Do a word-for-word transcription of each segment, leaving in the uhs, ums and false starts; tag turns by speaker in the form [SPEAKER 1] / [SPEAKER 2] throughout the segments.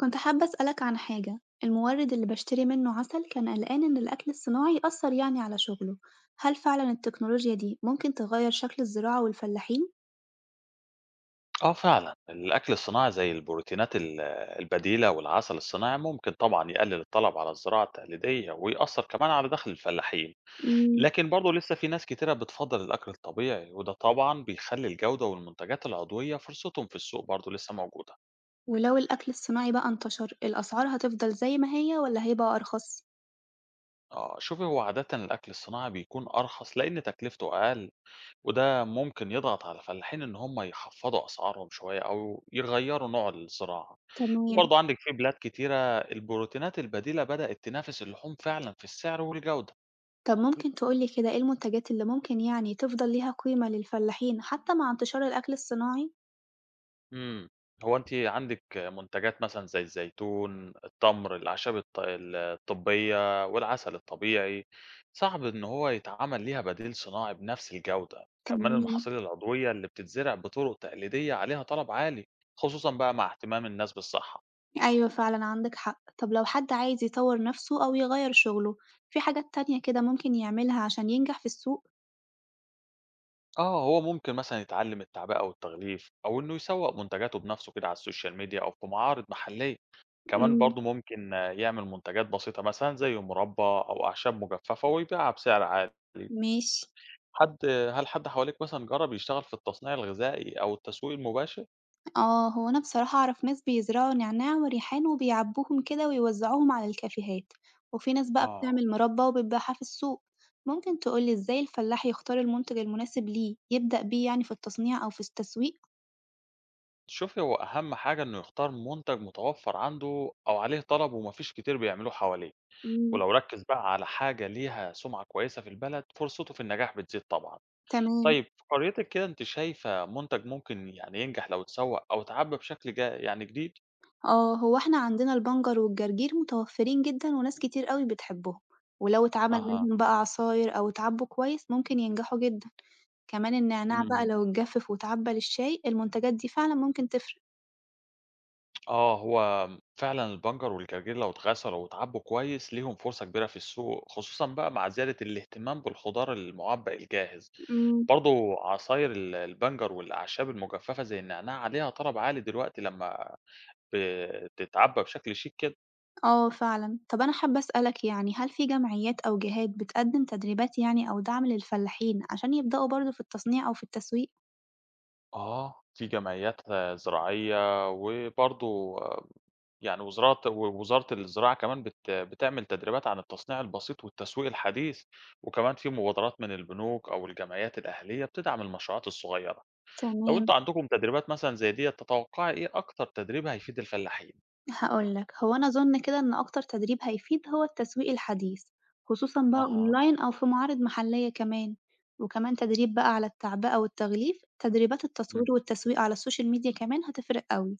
[SPEAKER 1] كنت حابة أسألك عن حاجة، المورد اللي بشتري منه عسل كان قلقان إن الأكل الصناعي يأثر يعني على شغله، هل فعلا التكنولوجيا دي ممكن تغير شكل الزراعة والفلاحين؟
[SPEAKER 2] آه فعلًا، الأكل الصناعي زي البروتينات ال البديلة والعسل الصناعي ممكن طبعًا يقلل الطلب على الزراعة التقليدية، ويأثّر كمان على دخل الفلاحين،
[SPEAKER 1] مم.
[SPEAKER 2] لكن برضه لسه في ناس كتيرة بتفضّل الأكل الطبيعي، وده طبعًا بيخلّي الجودة والمنتجات العضوية فرصتهم في السوق برضه لسه موجودة.
[SPEAKER 1] ولو الأكل الصناعي بقى انتشر الأسعار هتفضل زي ما هي ولا هيبقى أرخص؟
[SPEAKER 2] آه، شوفي هو عادةً الأكل الصناعي بيكون أرخص لإن تكلفته أقل، وده ممكن يضغط على الفلاحين إن هم يخفّضوا أسعارهم شوية أو يغيّروا نوع الزراعة.
[SPEAKER 1] تمام.
[SPEAKER 2] وبرضه عندِك في بلاد كتيرة البروتينات البديلة بدأت تنافس اللحوم فعلًا في السعر والجودة.
[SPEAKER 1] طب ممكن تقولي كده إيه المنتجات اللي ممكن يعني تفضل ليها قيمة للفلاحين حتى مع انتشار الأكل الصناعي؟
[SPEAKER 2] إمم. هو أنتِ عندِك منتجات مثلًا زي الزيتون، التمر، الأعشاب الط ال الطبية والعسل الطبيعي، صعب إن هو يتعمل ليها بديل صناعي بنفس الجودة. كمان
[SPEAKER 1] تمام.
[SPEAKER 2] المحاصيل العضوية اللي بتتزرع بطرق تقليدية عليها طلب عالي، خصوصًا بقى مع اهتمام الناس بالصحة.
[SPEAKER 1] أيوه فعلًا عندك حق، طب لو حد عايز يطوّر نفسه أو يغيّر شغله، في حاجات تانية كده ممكن يعملها عشان ينجح في السوق؟
[SPEAKER 2] آه، هو ممكن مثلًا يتعلّم التعبئة والتغليف، أو إنه يسوّق منتجاته بنفسه كده على السوشيال ميديا أو في معارض محلية، كمان
[SPEAKER 1] إمم،
[SPEAKER 2] برضه ممكن آه، يعمل منتجات بسيطة مثلًا زي مربى أو أعشاب مجففة ويبيعها بسعر عالي.
[SPEAKER 1] ماشي.
[SPEAKER 2] حد هل حد حواليك مثلًا جرّب يشتغل في التصنيع الغذائي أو التسويق المباشر؟
[SPEAKER 1] آه، هو أنا بصراحة أعرف ناس بيزرعوا نعناع وريحان وبيعبّوهم كده ويوزّعوهم على الكافيهات، وفي ناس بقى
[SPEAKER 2] آه،
[SPEAKER 1] بتعمل مربى وبتبيعها في السوق. ممكن تقول لي إزاي الفلاح يختار المنتج المناسب ليه، يبدأ بيه يعني في التصنيع أو في التسويق؟
[SPEAKER 2] شوفي هو أهم حاجة إنه يختار منتج متوفّر عنده أو عليه طلب وما فيش كتير بيعملوه حواليه،
[SPEAKER 1] إمم،
[SPEAKER 2] ولو ركّز بقى على حاجة ليها سمعة كويسة في البلد، فرصته في النجاح بتزيد طبعًا.
[SPEAKER 1] تمام.
[SPEAKER 2] طيب في قريتِك كده أنتِ شايفة منتج ممكن يعني ينجح لو اتسوّق أو اتعبّى بشكل جا يعني جديد؟
[SPEAKER 1] آه، هو إحنا عندنا البنجر والجرجير متوفرين جدًا وناس كتير أوي بتحبهم، ولو اتعمل
[SPEAKER 2] أها.
[SPEAKER 1] منهم بقى عصاير أو اتعبوا كويس ممكن ينجحوا جدًا، كمان النعناع
[SPEAKER 2] إمم.
[SPEAKER 1] بقى لو اتجفف واتعبى للشاي المنتجات دي فعلًا ممكن تفرق.
[SPEAKER 2] آه، هو فعلًا البنجر والجرجير لو اتغسلوا واتعبّوا كويس ليهم فرصة كبيرة في السوق، خصوصًا بقى مع زيادة الاهتمام بالخضار المُعبّى الجاهز،
[SPEAKER 1] إمم،
[SPEAKER 2] برضه عصاير ال البنجر والأعشاب المجففة زي النعناع عليها طلب عالي دلوقتي لمّا بتتعبّى بشكل شيك كده.
[SPEAKER 1] آه فعلًا. طب أنا حابة أسألك يعني هل في جمعيات أو جهات بتقدم تدريبات يعني أو دعم للفلاحين عشان يبدأوا برضه في التصنيع أو في التسويق؟
[SPEAKER 2] آه، في جمعيات آه، زراعية وبرضه يعني وزارة ووزارة الزراعة كمان بت بتعمل تدريبات عن التصنيع البسيط والتسويق الحديث، وكمان في مبادرات من البنوك أو الجمعيات الأهلية بتدعم المشروعات الصغيرة. لو
[SPEAKER 1] تمام.
[SPEAKER 2] أنتم عندكم تدريبات مثلًا زي ديّة تتوقعي إيه أكتر تدريب هيفيد الفلاحين؟
[SPEAKER 1] هاقول لك، هو أنا أظن كده إن أكتر تدريب هيفيد هو التسويق الحديث، خصوصًا بقى
[SPEAKER 2] أها.
[SPEAKER 1] أونلاين أو في معارض محلية كمان، وكمان تدريب بقى على التعبئة والتغليف، تدريبات التصوير
[SPEAKER 2] إمم.
[SPEAKER 1] والتسويق على السوشيال ميديا كمان هتفرق أوي.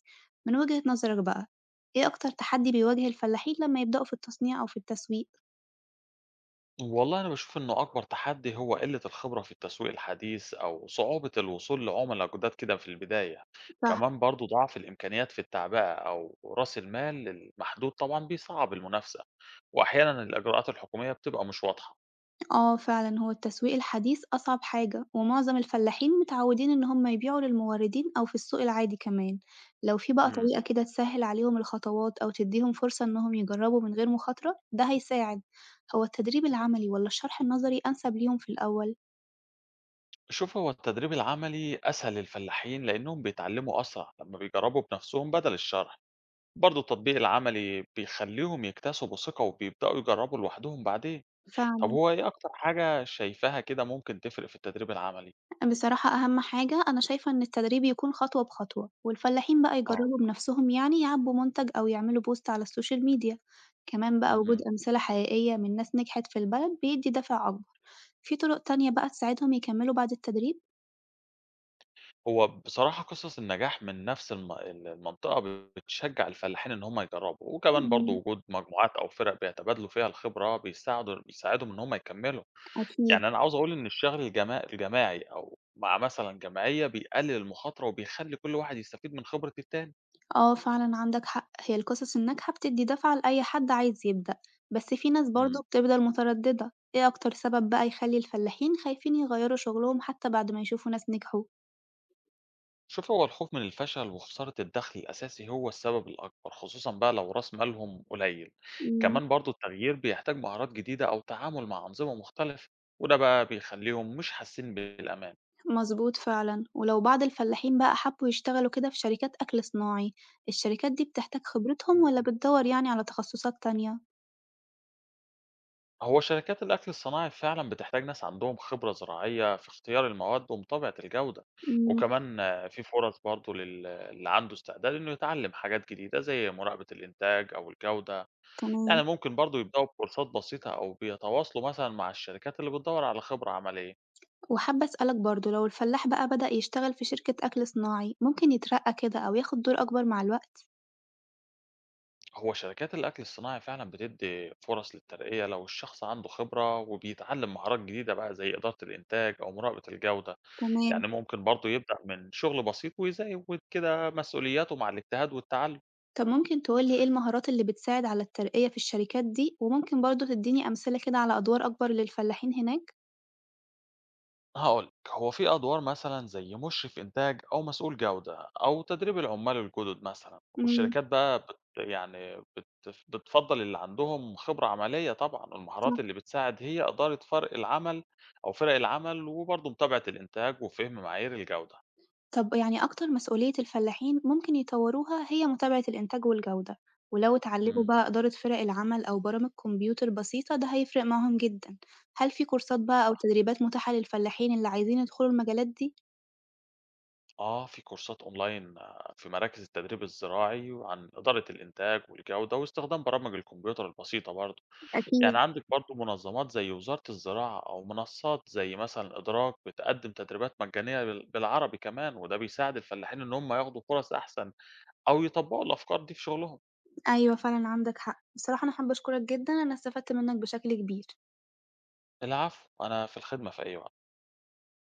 [SPEAKER 1] من وجهة نظرك بقى، إيه أكتر تحدي بيواجه الفلاحين لما يبدأوا في التصنيع أو في التسويق؟
[SPEAKER 2] والله أنا باشوف إنه أكبر تحدي هو قلة الخبرة في التسويق الحديث أو صعوبة الوصول لعملاء جداد كده في البداية،
[SPEAKER 1] صح.
[SPEAKER 2] كمان برضو ضعف الإمكانيات في التعبئة أو رأس المال المحدود طبعا بيصعب المنافسة، وأحيانا الإجراءات الحكومية بتبقى مش واضحة.
[SPEAKER 1] آه فعلًا، هو التسويق الحديث أصعب حاجة، ومعظم الفلاحين متعودين إن هم يبيعوا للموردين أو في السوق العادي كمان، لو في بقى
[SPEAKER 2] امم.
[SPEAKER 1] طريقة كده تسهِّل عليهم الخطوات أو تديهم فرصة إنهم يجربوا من غير مخاطرة، ده هيساعد. هو التدريب العملي والّا الشرح النظري أنسب ليهم في الأول؟
[SPEAKER 2] شوف هو التدريب العملي أسهل للفلاحين لأنهم بيتعلموا أسرع لما بيجربوا بنفسهم بدل الشرح، برضو التطبيق العملي بيخليهم يكتسبوا ثقة وبيبدأوا يجربوا لوحدهم بعدين. طب
[SPEAKER 1] فعلًا.
[SPEAKER 2] هو إيه أكتر حاجة شايفاها كده ممكن تفرق في التدريب العملي؟
[SPEAKER 1] بصراحة أهم حاجة أنا شايفة إن التدريب يكون خطوة بخطوة، والفلاحين بقى
[SPEAKER 2] آه.
[SPEAKER 1] يجربوا بنفسهم يعني يعبّوا منتج أو يعملوا بوست على السوشيال ميديا، كمان بقى وجود
[SPEAKER 2] اهم.
[SPEAKER 1] أمثلة حقيقية من ناس نجحت في البلد بيدّي دافع أكبر. في طرق تانية بقى تساعدهم يكمّلوا بعد التدريب؟
[SPEAKER 2] هو بصراحة قصص النجاح من نفس الم ال المنطقة بتشجّع الفلاحين إن هُم يجرّبوا، وكمان برضه
[SPEAKER 1] إمم.
[SPEAKER 2] وجود مجموعات أو فرق بيتبادلوا فيها الخبرة بيساعدوا بيساعدهم إن هُم يكمّلوا،
[SPEAKER 1] أكيد.
[SPEAKER 2] يعني أنا عاوز أقول إن الشغل الجما الجماعي أو مع مثلًا جمعية بيقلل المخاطرة وبيخلّي كل واحد يستفيد من خبرة التاني.
[SPEAKER 1] آه فعلًا عندك حق، هي القصص الناجحة بتدّي دفعة لأي حد عايز يبدأ، بس في ناس برضه
[SPEAKER 2] إمم.
[SPEAKER 1] بتفضل مترددة، إيه أكتر سبب بقى يخلّي الفلاحين خايفين يغيّروا شغلهم حتى بعد ما يشوفوا ناس نجحوا؟
[SPEAKER 2] شوف هو الخوف من الفشل وخسارة الدخل الأساسي هو السبب الأكبر خصوصا بقى لو رأس مالهم قليل،
[SPEAKER 1] إمم،
[SPEAKER 2] كمان برضو التغيير بيحتاج مهارات جديدة أو تعامل مع أنظمة مختلفة، وده بقى بيخليهم مش حاسين بالأمان.
[SPEAKER 1] مضبوط فعلًا، ولو بعض الفلاحين بقى حبّوا يشتغلوا كده في شركات أكل صناعي، الشركات دي بتحتاج خبرتهم والّا
[SPEAKER 2] مهم.
[SPEAKER 1] بتدوّر يعني على تخصصات تانية؟
[SPEAKER 2] هو شركات الأكل الصناعي فعلا بتحتاج ناس عندهم خبرة زراعية في اختيار المواد ومتابعة الجودة،
[SPEAKER 1] إمم،
[SPEAKER 2] وكمان آه، في فرص برضو لل- اللي عنده استعداد إنه يتعلم حاجات جديدة زي مراقبة الإنتاج أو الجودة.
[SPEAKER 1] تمام.
[SPEAKER 2] يعني ممكن برضه يبدأوا بكورسات بسيطة أو بيتواصلوا مثلًا مع الشركات اللي بتدوّر على خبرة عملية.
[SPEAKER 1] وحابة أسألك برضه لو الفلاح بقى بدأ يشتغل في شركة أكل صناعي ممكن يترقى كده أو ياخد دور أكبر مع الوقت؟
[SPEAKER 2] هو شركات الأكل الصناعي فعلًا بتدّي فرص للترقية لو الشخص عنده خبرة وبيتعلم مهارات جديدة بقى زي إدارة الإنتاج أو مراقبة الجودة.
[SPEAKER 1] تمام.
[SPEAKER 2] يعني ممكن برضه يبدأ من شغل بسيط ويزوّد كده مسؤولياته مع الاجتهاد والتعلم.
[SPEAKER 1] طب ممكن تقولي إيه المهارات اللي بتساعد على الترقية في الشركات دي؟ وممكن برضه تديني أمثلة كده على أدوار أكبر للفلاحين هناك؟
[SPEAKER 2] هقولك هو في أدوار مثلا زي مشرف إنتاج أو مسؤول جودة أو تدريب العمال الجدد مثلا،
[SPEAKER 1] امم
[SPEAKER 2] والشركات بقى بت يعني بت بتفضل اللي عندهم خبرة عملية، طبعا المهارات اللي
[SPEAKER 1] صح.
[SPEAKER 2] بتساعد هي إدارة فرق العمل أو فرق العمل وبرضه متابعة الإنتاج وفهم معايير الجودة.
[SPEAKER 1] طب يعني أكتر مسؤولية الفلاحين ممكن يطوروها هي متابعة الإنتاج والجودة، ولو اتعلموا
[SPEAKER 2] امم.
[SPEAKER 1] بقى إدارة فرق العمل أو برامج كمبيوتر بسيطة ده هيفرق معاهم جدا. هل في كورسات بقى أو
[SPEAKER 2] صح.
[SPEAKER 1] تدريبات متاحة للفلاحين اللي عايزين يدخلوا المجالات دي؟
[SPEAKER 2] آه، في كورسات أونلاين آه، في مراكز التدريب الزراعي عن إدارة الإنتاج والجودة واستخدام برامج الكمبيوتر البسيطة برضه. يعني
[SPEAKER 1] أكيد.
[SPEAKER 2] عندِك برضه منظمات زي وزارة الزراعة أو منصات زي مثلًا إدراك بتقدّم تدريبات مجانية بال بالعربي كمان، وده بيساعد الفلاحين إن هم ياخدوا فرص أحسن أو يطبّقوا الأفكار دي في شغلهم.
[SPEAKER 1] أيوه فعلًا عندك حق. بصراحة أنا حابة أشكرك جدًا، أنا استفدت منّك بشكل كبير.
[SPEAKER 2] العفو، أنا في الخدمة في أي وقت.